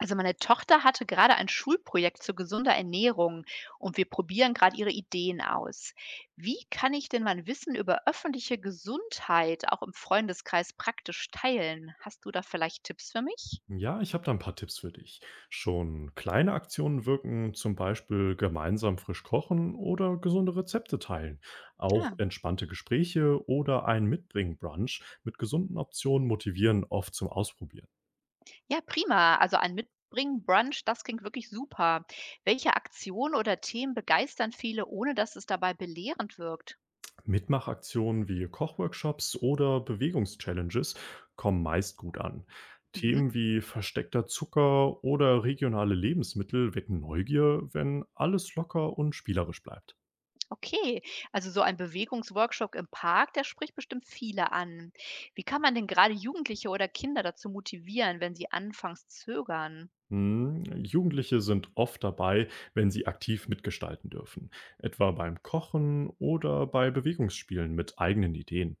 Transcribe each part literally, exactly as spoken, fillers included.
Also meine Tochter hatte gerade ein Schulprojekt zu gesunder Ernährung und wir probieren gerade ihre Ideen aus. Wie kann ich denn mein Wissen über öffentliche Gesundheit auch im Freundeskreis praktisch teilen? Hast du da vielleicht Tipps für mich? Ja, ich habe da ein paar Tipps für dich. Schon kleine Aktionen wirken, zum Beispiel gemeinsam frisch kochen oder gesunde Rezepte teilen. Ah, Auch entspannte Gespräche oder ein Mitbringen-Brunch mit gesunden Optionen motivieren oft zum Ausprobieren. ja, prima. Also ein Mitbringen, Brunch, das klingt wirklich super. Welche Aktionen oder Themen begeistern viele, ohne dass es dabei belehrend wirkt? Mitmachaktionen wie Kochworkshops oder Bewegungs-Challenges kommen meist gut an. Mhm. Themen wie versteckter Zucker oder regionale Lebensmittel wecken Neugier, wenn alles locker und spielerisch bleibt. Okay, also so ein Bewegungsworkshop im Park, der spricht bestimmt viele an. Wie kann man denn gerade Jugendliche oder Kinder dazu motivieren, wenn sie anfangs zögern? Hm, Jugendliche sind oft dabei, wenn sie aktiv mitgestalten dürfen, etwa beim Kochen oder bei Bewegungsspielen mit eigenen Ideen.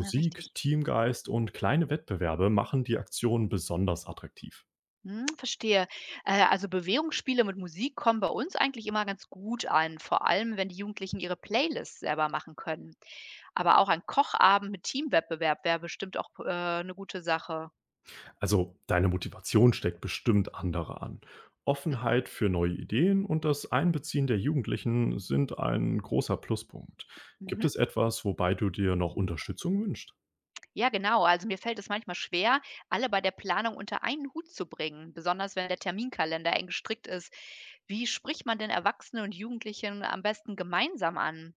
Ja, richtig. Teamgeist und kleine Wettbewerbe machen die Aktion besonders attraktiv. Hm, verstehe. Äh, also Bewegungsspiele mit Musik kommen bei uns eigentlich immer ganz gut an, vor allem wenn die Jugendlichen ihre Playlists selber machen können. Aber auch ein Kochabend mit Teamwettbewerb wäre bestimmt auch äh, eine gute Sache. Also deine Motivation steckt bestimmt andere an. Hm, Offenheit für neue Ideen und das Einbeziehen der Jugendlichen sind ein großer Pluspunkt. Gibt mhm. es etwas, wobei du dir noch Unterstützung wünschst? Ja, genau. Also mir fällt es manchmal schwer, alle bei der Planung unter einen Hut zu bringen, besonders wenn der Terminkalender eng gestrickt ist. Wie spricht man denn Erwachsene und Jugendlichen am besten gemeinsam an?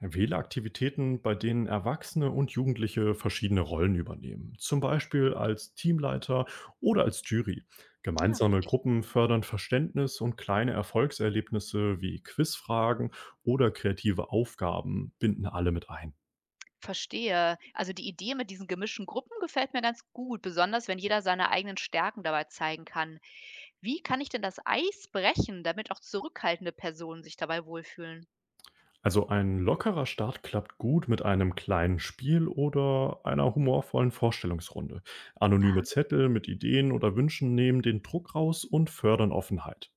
Wähle Aktivitäten, bei denen Erwachsene und Jugendliche verschiedene Rollen übernehmen, zum Beispiel als Teamleiter oder als Jury. Ja, Gemeinsame richtig. Gruppen fördern Verständnis und kleine Erfolgserlebnisse wie Quizfragen oder kreative Aufgaben binden alle mit ein. Verstehe. Also die Idee mit diesen gemischten Gruppen gefällt mir ganz gut, besonders wenn jeder seine eigenen Stärken dabei zeigen kann. Wie kann ich denn das Eis brechen, damit auch zurückhaltende Personen sich dabei wohlfühlen? Also ein lockerer Start klappt gut mit einem kleinen Spiel oder einer humorvollen Vorstellungsrunde. Anonyme Aha. Zettel mit Ideen oder Wünschen nehmen den Druck raus und fördern Offenheit.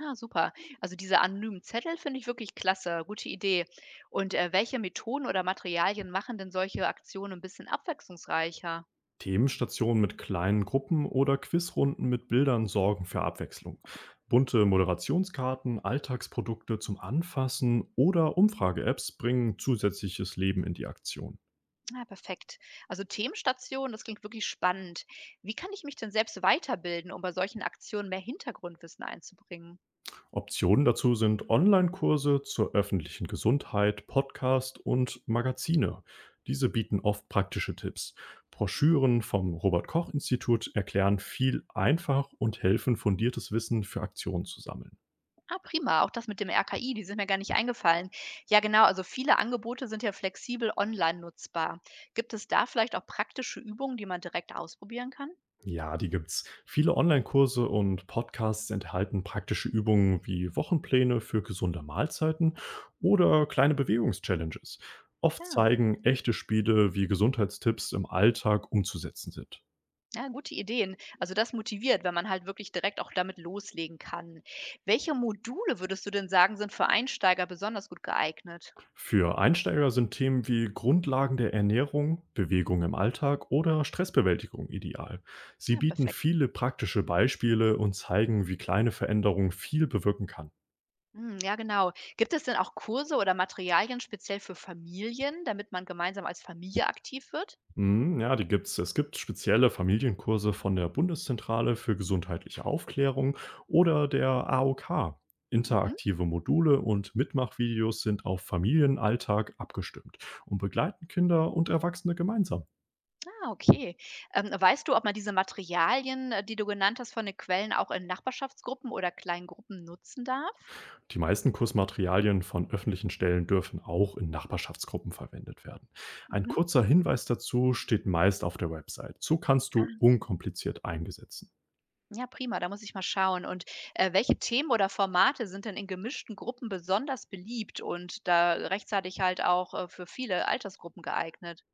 Ah, super. Also diese anonymen Zettel finde ich wirklich klasse, gute Idee. Und äh, welche Methoden oder Materialien machen denn solche Aktionen ein bisschen abwechslungsreicher? Themenstationen mit kleinen Gruppen oder Quizrunden mit Bildern sorgen für Abwechslung. Bunte Moderationskarten, Alltagsprodukte zum Anfassen oder Umfrage-Apps bringen zusätzliches Leben in die Aktion. Ah, perfekt. Also Themenstation, das klingt wirklich spannend. Wie kann ich mich denn selbst weiterbilden, um bei solchen Aktionen mehr Hintergrundwissen einzubringen? Optionen dazu sind Online-Kurse zur öffentlichen Gesundheit, Podcast und Magazine. Diese bieten oft praktische Tipps. Broschüren vom Robert Koch Institut erklären viel einfach und helfen, fundiertes Wissen für Aktionen zu sammeln. Ah, prima. Auch das mit dem R K I, die sind mir gar nicht eingefallen. Ja, genau. Also viele Angebote sind ja flexibel online nutzbar. Gibt es da vielleicht auch praktische Übungen, die man direkt ausprobieren kann? Ja, die gibt's. Viele Online-Kurse und Podcasts enthalten praktische Übungen wie Wochenpläne für gesunde Mahlzeiten oder kleine Bewegungs-Challenges. Oft Ja. zeigen echte Spiele, wie Gesundheitstipps im Alltag umzusetzen sind. Ja, gute Ideen. Also das motiviert, wenn man halt wirklich direkt auch damit loslegen kann. Welche Module würdest du denn sagen, sind für Einsteiger besonders gut geeignet? Für Einsteiger sind Themen wie Grundlagen der Ernährung, Bewegung im Alltag oder Stressbewältigung ideal. Sie Ja, bieten perfekt. viele praktische Beispiele und zeigen, wie kleine Veränderungen viel bewirken kann. Hm, ja, genau. Gibt es denn auch Kurse oder Materialien speziell für Familien, damit man gemeinsam als Familie aktiv wird? Mhm, ja, die gibt's. Es gibt spezielle Familienkurse von der Bundeszentrale für gesundheitliche Aufklärung oder der A O K. Mhm. Interaktive Module und Mitmachvideos sind auf Familienalltag abgestimmt und begleiten Kinder und Erwachsene gemeinsam. Ah, okay. Ähm, weißt du, ob man diese Materialien, äh, die du genannt hast, von den Quellen auch in Nachbarschaftsgruppen oder kleinen Gruppen nutzen darf? Die meisten Kursmaterialien von öffentlichen Stellen dürfen auch in Nachbarschaftsgruppen verwendet werden. Ein Mhm. kurzer Hinweis dazu steht meist auf der Website. So kannst du unkompliziert eingesetzt. Ja, prima, da muss ich mal schauen. Und, äh, welche Themen oder Formate sind denn in gemischten Gruppen besonders beliebt und da rechtzeitig halt auch, äh, für viele Altersgruppen geeignet?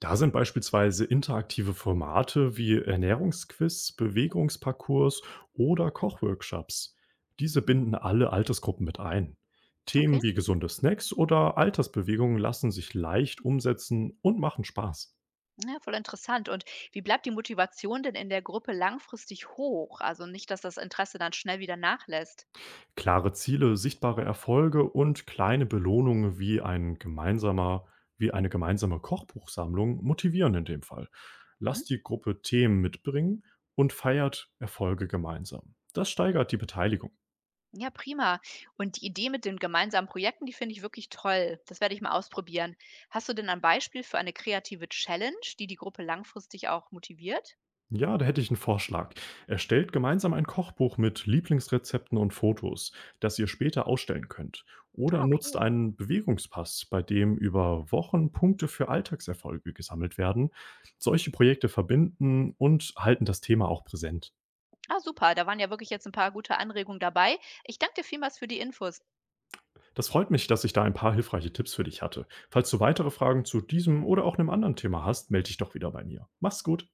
Da sind beispielsweise interaktive Formate wie Ernährungsquiz, Bewegungsparcours oder Kochworkshops. Diese Mhm, binden alle Altersgruppen mit ein. okay. Themen wie gesunde Snacks oder Altersbewegungen lassen sich leicht umsetzen und machen Spaß. Ja, voll interessant. Und wie bleibt die Motivation denn in der Gruppe langfristig hoch? Also nicht, dass das Interesse dann schnell wieder nachlässt. Klare Ziele, sichtbare Erfolge und kleine Belohnungen wie ein gemeinsamer, wie eine gemeinsame Kochbuchsammlung motivieren in dem Fall. Mhm. Lasst die Gruppe Themen mitbringen und feiert Erfolge gemeinsam. Das steigert die Beteiligung. Ja, prima. Und die Idee mit den gemeinsamen Projekten, die finde ich wirklich toll. Das werde ich mal ausprobieren. Hast du denn ein Beispiel für eine kreative Challenge, die die Gruppe langfristig auch motiviert? Ja, da hätte ich einen Vorschlag. Erstellt gemeinsam ein Kochbuch mit Lieblingsrezepten und Fotos, das ihr später ausstellen könnt. Oder Ah, nutzt okay. einen Bewegungspass, bei dem über Wochen Punkte für Alltagserfolge gesammelt werden. Solche Projekte verbinden und halten das Thema auch präsent. Ah, super, da waren ja wirklich jetzt ein paar gute Anregungen dabei. Ich danke dir vielmals für die Infos. Das freut mich, dass ich da ein paar hilfreiche Tipps für dich hatte. Falls du weitere Fragen zu diesem oder auch einem anderen Thema hast, melde dich doch wieder bei mir. Mach's gut.